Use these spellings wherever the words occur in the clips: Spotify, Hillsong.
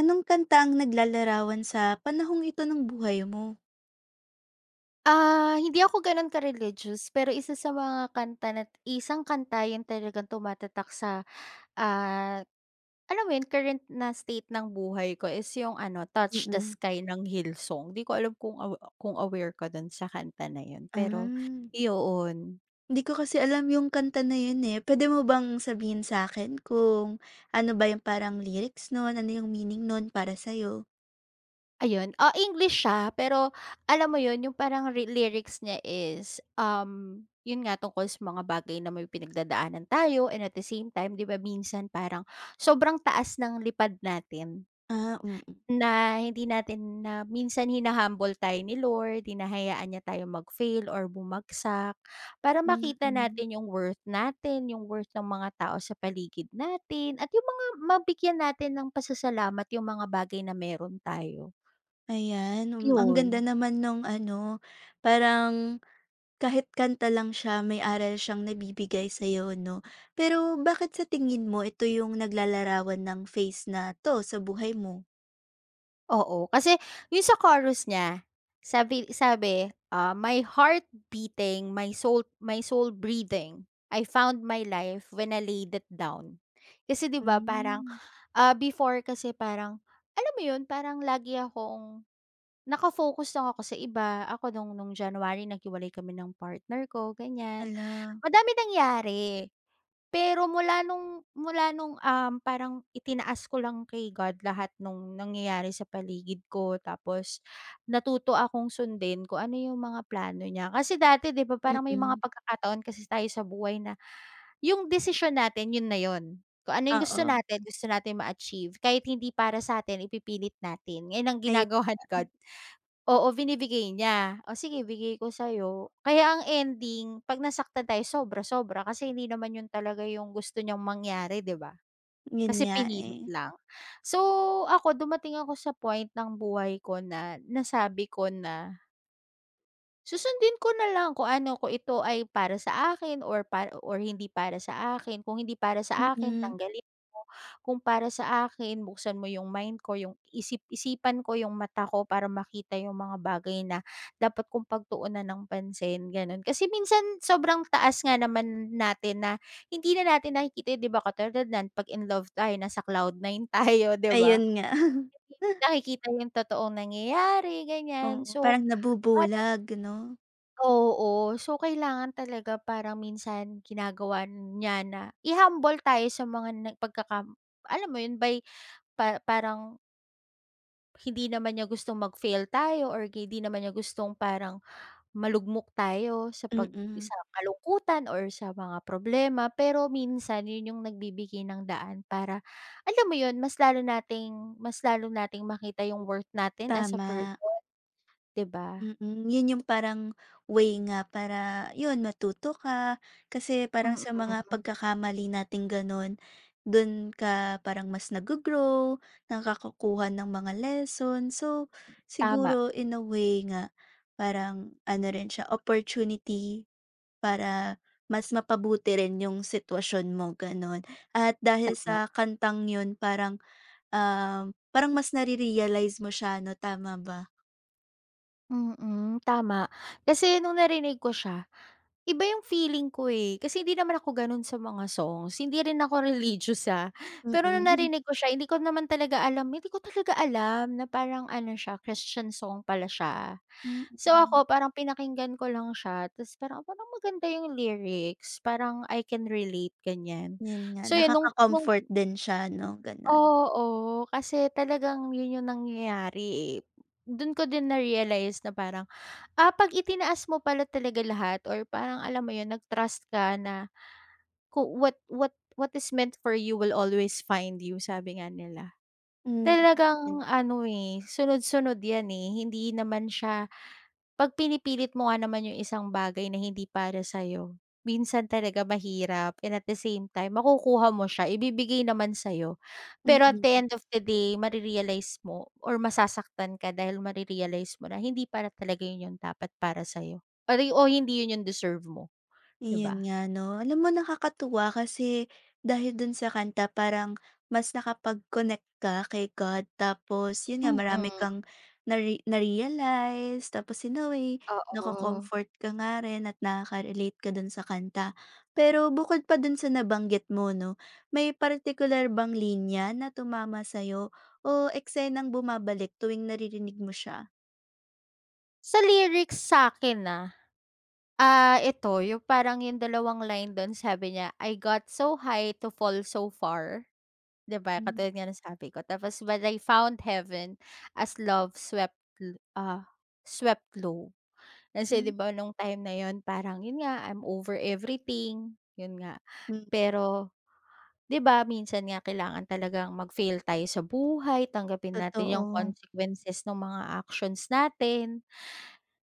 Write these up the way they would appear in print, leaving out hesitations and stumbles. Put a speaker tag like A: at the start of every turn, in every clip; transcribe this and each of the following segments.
A: Anong kanta ang naglalarawan sa panahong ito ng buhay mo?
B: Ah, hindi ako gano'n ka-religious, pero isa sa mga kanta isang kanta 'yun talagang tumatatak sa, ah, alam mo 'yun, current na state ng buhay ko is yung ano, "Touch the
A: Mm.
B: Sky" ng Hillsong. 'Di ko alam kung kung aware ka do'n sa kanta na 'yun, pero,
A: Ah,
B: iyon.
A: hindi ko kasi alam yung kanta na yun, eh. Puwede mo bang sabihin sa akin kung ano ba yung parang lyrics nun, ano yung meaning nun para sa'yo?
B: Ayun, oh English siya pero alam mo yun yung parang lyrics niya is, yun nga tungkol sa mga bagay na may pinagdadaanan tayo and at the same time 'di ba minsan parang sobrang taas ng lipad natin
A: Ah, mm.
B: na hindi natin na minsan tayo ni Lord, hinahayaan niya tayong mag-fail or bumagsak para makita
A: Mm.
B: natin, yung worth ng mga tao sa paligid natin at yung mga mabigyan natin ng pasasalamat yung mga bagay na meron tayo,
A: Ayan, ang ganda
B: yun.
A: naman nung ano, parang kahit kanta lang siya may aral siyang nabibigay sa'yo 'no. Pero bakit sa tingin mo ito yung naglalarawan ng phase na 'to sa buhay mo?
B: Oo, kasi yung sa chorus niya, sabi sabi, ah, "My heart beating, my soul breathing, I found my life when I laid it down." Kasi 'di ba parang,
A: Hmm.
B: before kasi parang, alam mo yun, parang lagi akong naka-focus lang ako sa iba. Ako nung January naghiwalay kami ng partner ko, ganyan.
A: Hala.
B: Madami nangyari. Pero mula nung, parang itinaas ko lang kay God lahat nung nangyayari sa paligid ko tapos natuto akong sundin kung ano yung mga plano niya. Kasi dati 'di ba parang may mga
A: Mm,
B: pagkakataon kasi tayo sa buhay na yung desisyon natin yun na yun. Kung ano yung
A: oo,
B: gusto natin ma-achieve kahit hindi para sa'tin ipipilit natin. Yun ang
A: ayun,
B: ginagawa ni God. Oo, binibigay niya. "O sige bigay ko sa'yo." Kaya ang ending 'pag nasaktan tayo sobra-sobra kasi hindi naman 'yun talaga yung gusto niyang mangyari, 'di ba?
A: yun
B: Kasi
A: nga,
B: pinilit
A: eh.
B: lang. So, ako dumating ako sa point ng buhay ko na nasabi ko na susundin ko na lang kung ano, kung ito ay para sa akin or hindi para sa akin. Kung hindi para sa akin,
A: Mm.
B: tanggalin mo. Kung para sa akin, buksan mo yung mind ko, yung isip-isipan ko, yung mata ko para makita yung mga bagay na dapat kong pagtuunan ng pansin, ganun. Kasi minsan sobrang taas nga naman natin na hindi na natin nakikita, 'di ba? Katulad nan 'pag in love tayo, nasa cloud nine tayo, 'di
A: Ayun
B: ba?
A: nga.
B: Nakikita yung totoong nangyayari, ganyan.
A: Oo,
B: So,
A: parang nabubulag 'no?
B: oo. So, kailangan talaga parang minsan ginagawa niya na i-humble tayo sa mga na alam mo yun parang hindi naman niya gustong mag-fail tayo or hindi naman niya gustong parang malugmok tayo sa pag
A: Mm.
B: sa kalungkutan or sa mga problema. Pero minsan yun yung nagbibigay ng daan para alam mo yun, mas lalo nating makita yung worth natin as a person,
A: Tama,
B: 'di ba?
A: mm. Yun yung parang way nga para yun matuto ka, kasi parang
B: Mm.
A: sa mga
B: Mm.
A: pagkakamali nating gano'n, dun ka parang mas naggo-grow, nakakakuha ng mga lesson. So,
B: Tama,
A: siguro in a way nga, parang ano rin siya, opportunity para mas mapabuti rin yung sitwasyon mo, gano'n. At dahil
B: tama.
A: sa kantang yun parang mas nare-realize mo siya 'no, tama ba?
B: Mm, tama. Kasi nung narinig ko siya, iba yung feeling ko, eh. Kasi hindi naman ako gano'n sa mga songs, hindi rin ako religious, ah. Pero nung
A: Mm.
B: narinig ko siya, hindi ko naman talaga alam hindi ko talaga alam na parang ano siya, Christian song pala siya. So,
A: Mm.
B: ako parang pinakinggan ko lang siya tapos parang, parang maganda yung lyrics, parang I can relate, ganyan.
A: Yun nga,
B: So, yun nung
A: nakaka-comfort din siya 'no, gano'n.
B: oo, oo, kasi talagang yun yung nangyayari, eh. Dun ko din na-realize na parang 'pag itinaas mo pala talaga lahat or parang alam mo yun nag-trust ka na what is meant for you will always find you sabi nga nila.
A: Hmm,
B: Talagang
A: yun.
B: ano, eh, sunod-sunod yan, eh, hindi naman siya. 'Pag pinipilit mo nga naman yung isang bagay na hindi para sa'yo, minsan talaga mahirap and at the same time makukuha mo siya, ibibigay naman sa'yo. Pero at the
A: Mm.
B: end of the day mo or masasaktan ka dahil mo na hindi para talaga yun yung dapat para sa'yo or o hindi yun yung deserve mo, 'di
A: Iyon
B: ba?
A: nga 'no. Alam mo, nakakatuwa kasi dahil dun sa kanta parang mas nakapag-connect ka kay God tapos yun nga
B: Mm,
A: marami kang na-realize, tapos in a way
B: oo.
A: nako-comfort ka nga rin at nakaka-relate ka dun sa kanta. Pero bukod pa dun sa nabanggit mo 'no, may particular bang linya na tumama sa'yo o eksenang bumabalik tuwing naririnig mo siya?
B: Sa lyrics sa'kin ito yung parang yung dalawang line dun sabi niya, "I got so high to fall so far." 'Di ba,
A: Hmm,
B: katulad nga ng sabi ko tapos "But I found heaven as love swept l ah, swept low." Kasi 'di
A: mhm,
B: ba nung time na yun parang yun nga, I'm over everything, yun nga. Pero 'di ba minsan nga kailangan talagang mag-fail tayo sa buhay, tanggapin natin yung
A: totoo.
B: consequences ng mga actions natin.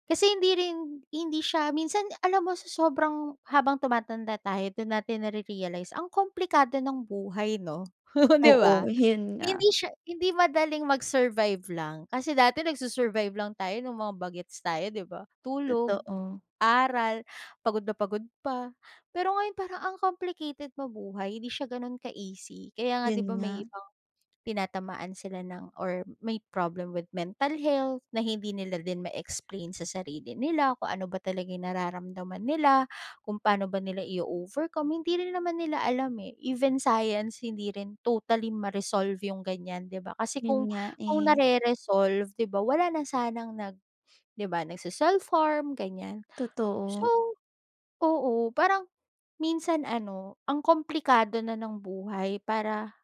B: Kasi hindi siya minsan alam mo sa sobrang habang tumatanda tayo dun natin nare-realize ang komplikado ng buhay 'no, 'di
A: Oo,
B: ba?
A: yun nga,
B: Hindi madaling mag-survive lang. Kasi dati nagsu-survive lang tayo nung mga bagets tayo, 'di ba? Tulog,
A: totoo.
B: aral, pagod na pagod pa. Pero ngayon parang ang complicated mabuhay, hindi siya gano'n ka-easy. Kaya nga
A: Yun
B: 'di ba
A: nga,
B: may ibang tinatamaan sila ng or may problem with mental health na hindi nila din ma-explain sa sarili nila kung ano ba talaga yung nararamdaman nila, kung paano ba nila i-overcome, hindi rin naman nila alam eh. Even science, hindi rin totally ma-resolve yung ganyan, 'di ba? Kasi
A: yun
B: kung
A: nga, eh,
B: nare-resolve, 'di ba, wala na sanang 'di ba, nagse-self-harm, ganyan.
A: totoo.
B: So, oo, parang minsan ano, ang komplikado na ng buhay para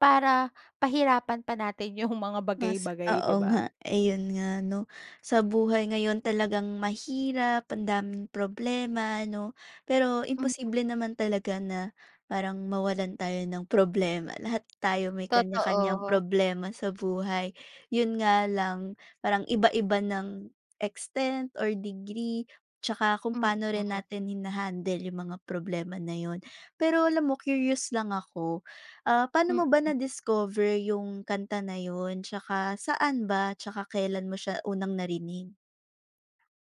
B: para pahirapan pa natin yung mga
A: Mas
B: bagay-bagay,
A: oo
B: 'di ba?
A: nga, ayun nga 'no. Sa buhay ngayon talagang mahirap, ang daming problema 'no, pero
B: Hmm,
A: imposible naman talaga na parang mawalan tayo ng problema. Lahat tayo may kanya-kanyang
B: totoo.
A: problema sa buhay. Yun nga lang, parang iba-iba ng extent or degree, tsaka kung
B: Mm,
A: paano rin natin hina-handle yung mga problema na yun. Pero alam mo, curious lang ako. Ah, paano mo ba
B: mm.
A: na-discover yung kanta na yun tsaka saan ba tsaka kailan mo siya unang narinig?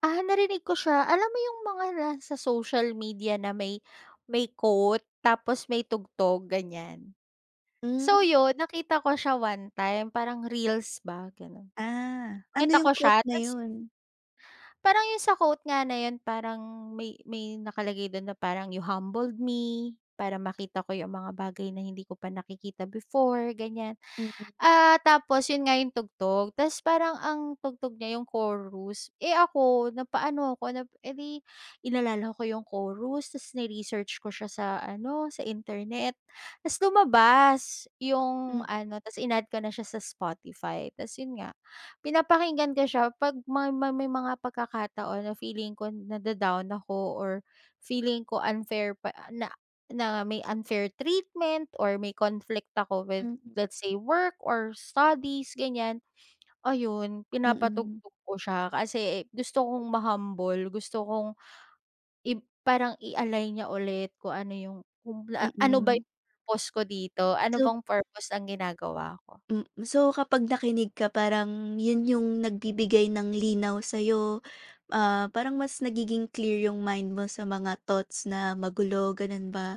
B: Ah, narinig ko siya. Alam mo yung mga nasa social media na may quote tapos may tugtog, ganyan. So
A: Hmm,
B: yun, nakita ko siya one time, parang reels ba, gano'n.
A: ah, ano
B: Nakita ko
A: yung
B: siya
A: quote na
B: ta's
A: yun?
B: parang yung sa quote nga na yun parang may nakalagay dun na parang, "You humbled me para makita ko yung mga bagay na hindi ko pa nakikita before," ganyan.
A: Mm,
B: Ah, tapos yun nga yung tugtog, ta's parang ang tugtog niya yung chorus. Eh, ako napaano ako, nap eh, inalala ko yung chorus ta's ni-research ko siya sa ano, sa internet. Ta's lumabas yung
A: mm,
B: ano, ta's in-add ko na siya sa Spotify. Ta's yun nga, pinapakinggan ko siya 'pag may mga pagkakataon na feeling ko nada-down ako or feeling ko unfair pa na na may unfair treatment or may conflict ako with
A: mm,
B: let's say work or studies ganyan, ayun
A: mm, mm,
B: pinapatugtog ko siya kasi eh, gusto kong ma-humble, gusto kong parang i-align niya ulit kung ano ba
A: mm.
B: yung purpose ko dito, ano
A: So
B: bang purpose ang ginagawa ko.
A: so kapag nakinig ka parang yun yung nagbibigay ng linaw sa'yo, parang mas nagiging clear yung mind mo sa mga thoughts na magulo, ganun ba?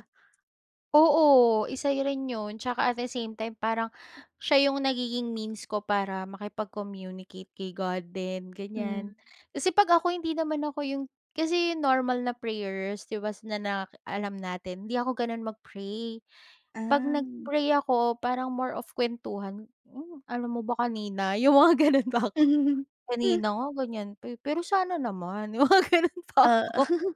B: Oo, isa rin yun tsaka at the same time parang siya yung nagiging means ko para makipag-communicate kay God din, ganyan.
A: Hmm,
B: Kasi 'pag ako hindi naman ako yung kasi yung normal na prayers 'di ba na na alam natin, hindi ako gano'n mag-pray. 'Pag
A: ah.
B: nag-pray ako parang more of kuwentuhan, "Hmm, alam mo ba kanina?" Yung mga gano'n pa ako, "Kanina nga ganyan pa, eh, pero sana naman." Yung mga gano'n pa.
A: Oo.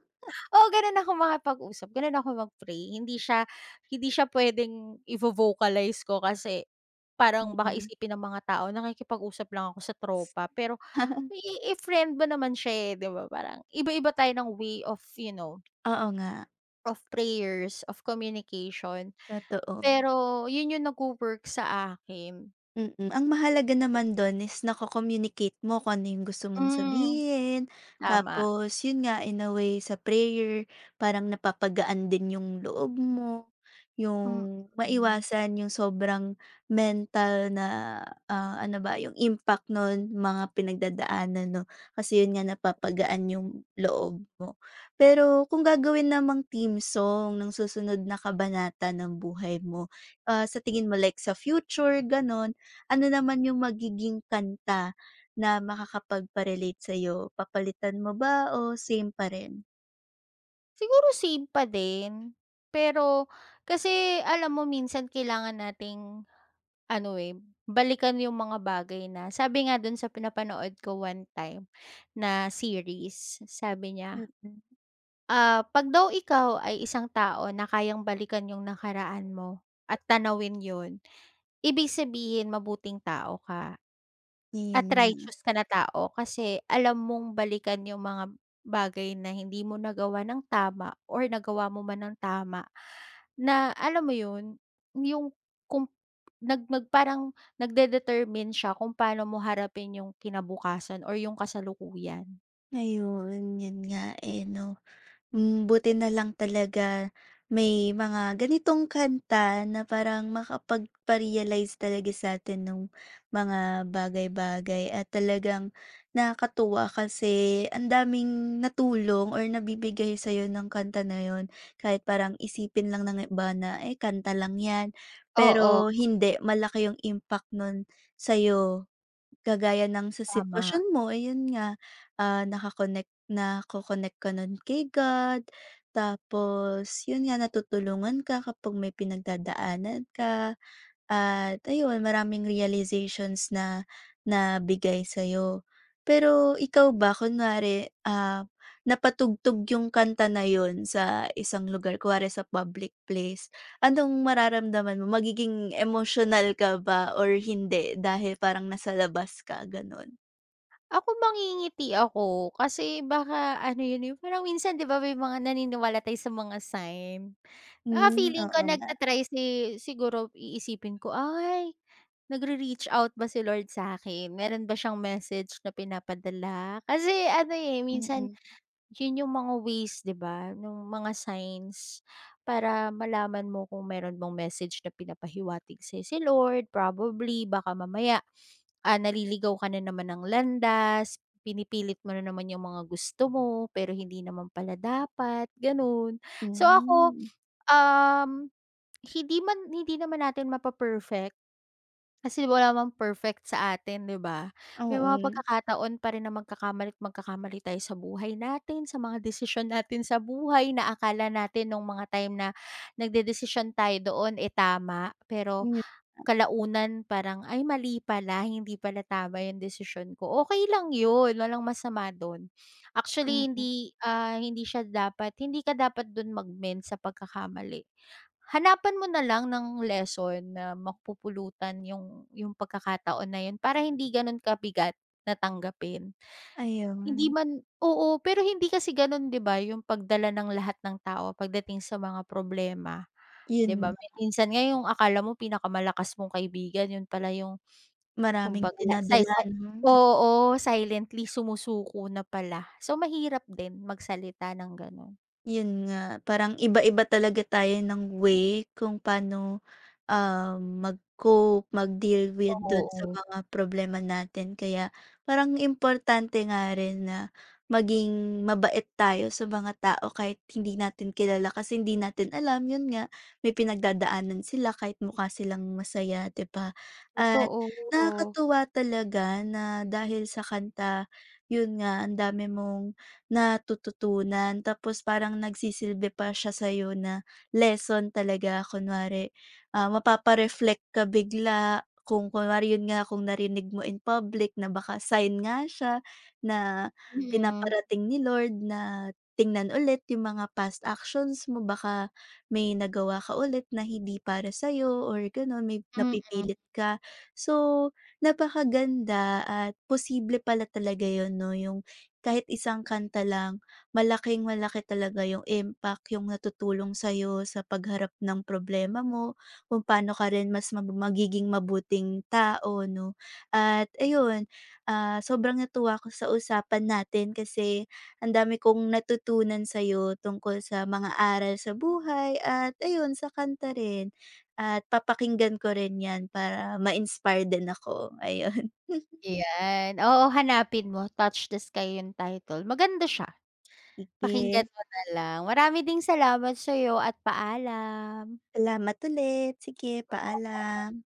B: Oo, gano'n ako makipag-usap, gano'n ako mag-pray. Hindi siya puwedeng ivo-vocalize ko kasi parang
A: Mm,
B: baka
A: mm.
B: isipin ng mga tao nakikipag-usap lang ako sa tropa. Pero i-friend mo naman siya, eh, 'di ba? Parang iba-iba tayo ng way of, you know,
A: Oo nga,
B: of prayers, of communication.
A: totoo.
B: Pero 'yun 'yung nagwo-work sa akin.
A: Mm, ang mahalaga naman don is nako-communicate mo kung ano yung gusto mong
B: Hmm,
A: sabihin,
B: tama,
A: tapos yun nga in a way sa prayer parang napapagaan din yung loob mo, yung
B: mm.
A: maiwasan yung sobrang mental na, ano ba yung impact nun mga pinagdadaanan 'no, kasi yun nga napapagaan yung loob mo. Pero kung gagawin namang theme song ng susunod na kabanata ng buhay mo, sa tingin mo like sa future, ganon, ano naman yung magiging kanta na makakapagpa-relate sa'yo? Papalitan mo ba o same pa rin?
B: Siguro same pa din. Pero kasi alam mo minsan kailangan nating ano, eh, balikan yung mga bagay na sabi nga dun sa pinapanood ko one time na series, sabi niya,
A: Mm,
B: ah, 'pag daw ikaw ay isang tao na kayang balikan yung nakaraan mo at tanawin yun, ibig sabihin mabuting tao ka at
A: ayun nga.
B: Atricious ka na tao kasi alam mong balikan yung mga bagay na hindi mo nagawa ng tama or nagawa mo man ng tama na alam mo yun, yung kung nag nag parang nagde-determine siya kung paano mo harapin yung kinabukasan or yung kasalukuyan.
A: Ayun, yun nga, eh, 'no. Hmm, buti na lang talaga may mga ganitong kanta na parang makapagpa-realize talaga sa'tin nung mga bagay-bagay at talagang nakakatuwa kasi ang daming natulong or nabibigay sa'yo ng kanta na yon. Kahit parang isipin lang ng iba na, "Eh, kanta lang 'yan."
B: Oo.
A: Pero hindi, malaki yung impact nun sa'yo. Kagaya ng sa
B: Tama.
A: sitwasyon mo, ayun nga, nako-connect ka nun kay God, tapos yun nga natutulungan ka kapag may pinagdadaanan ka. At ayun, maraming realizations na nabigay sa'yo. Pero ikaw ba, kunwari, napatugtog yung kanta na yun sa isang lugar, kunwari sa public place, anong mararamdaman mo? Magiging emotional ka ba or hindi dahil parang nasa labas ka, ganun?
B: Ako mangingiti ako kasi baka ano yun, yung parang minsan 'di ba may mga naniniwala tayo sa mga sign. Ah,
A: Hmm,
B: feeling
A: oo
B: ko
A: nga.
B: nagtatry si siguro iisipin ko, "Ay nagre-reach out ba si Lord sa akin? Meron ba siyang message na pinapadala? Kasi ano, eh, minsan
A: Mm,
B: yun yung mga ways, 'di ba, nung mga signs para malaman mo kung meron bang message na pinapahiwatig sa'yo si Lord. Probably baka mamaya, ah, naliligaw ka na naman ng landas, pinipilit mo na naman yung mga gusto mo, pero hindi naman pala dapat, gano'n."
A: mm,
B: So ako,
A: mm,
B: um, hindi naman natin kasi wala namang perfect sa atin, 'di ba? May
A: oo.
B: mga pagkakataon pa rin na magkakamali at magkakamali tayo sa buhay natin, sa mga desisyon natin sa buhay na akala natin nung mga time na nagdedesisyon tayo doon, eh, tama. Pero
A: Hmm, mm.
B: kalaunan parang, "Ay, mali pala, hindi pala tama 'yung desisyon ko." Okey lang 'yun, walang masama do'n. Actually,
A: Mm-mm.
B: hindi, ah, hindi siya dapat hindi ka dapat do'n mag-mend sa pagkakamali. Hanapan mo na lang ng lesson na mapupulutan yung pagkakataon na yun para hindi ganun kabigat na tanggapin. Hindi
A: Ayun,
B: man oo, pero hindi kasi ganun 'di ba yung pagdala ng lahat ng tao pagdating sa mga problema, 'di ba?
A: yun,
B: Minsan nga yung akala mo pinakamalakas mong kaibigan yun pala yung
A: maraming
B: kumbaga la say
A: dinadala
B: say
A: 'no?
B: oo, silently sumusuko na pala. So mahirap din magsalita ng ganun.
A: Yun nga, parang iba-iba talaga tayo ng way kung paano, mag-cope, mag-deal with dun sa
B: Oo,
A: mga problema natin. Kaya parang importante nga rin na maging mabait tayo sa mga tao kahit hindi natin kilala kasi hindi natin alam, yun nga, may pinagdadaanan sila kahit mukha silang masaya, 'di ba? At
B: totoo.
A: nakakatuwa talaga na dahil sa kanta, yun nga, ang dami mong natututunan tapos parang nagsisilbi pa siya sa'yo na lesson talaga. Kunwari, mapapa-reflect ka bigla kung kunwari yun nga, kung narinig mo in public na baka sign nga siya na
B: Mm,
A: pinaparating ni Lord na tingnan ulit yung mga past actions mo. Baka may nagawa ka ulit na hindi para sa'yo or gano'n, may
B: mm.
A: napipilit ka. So, napakaganda at posible pala talaga yun 'no, yung kahit isang kanta lang, malaking-malaki talaga yung impact, yung natutulong sa'yo sa pagharap ng problema mo, kung paano ka rin mas magiging mabuting tao 'no. At ayun, sobrang natuwa ako sa usapan natin kasi ang dami kong natutunan sa'yo tungkol sa mga aral sa buhay at ayun sa kanta rin. At papakinggan ko rin 'yan para ma-inspire din ako, ayun.
B: Ayan, oo hanapin mo, Touch the Sky yung title, maganda siya, pakinggan
A: Sige.
B: mo na lang. Marami ding salamat sa'yo at paalam.
A: Salamat ulit. Sige, paalam.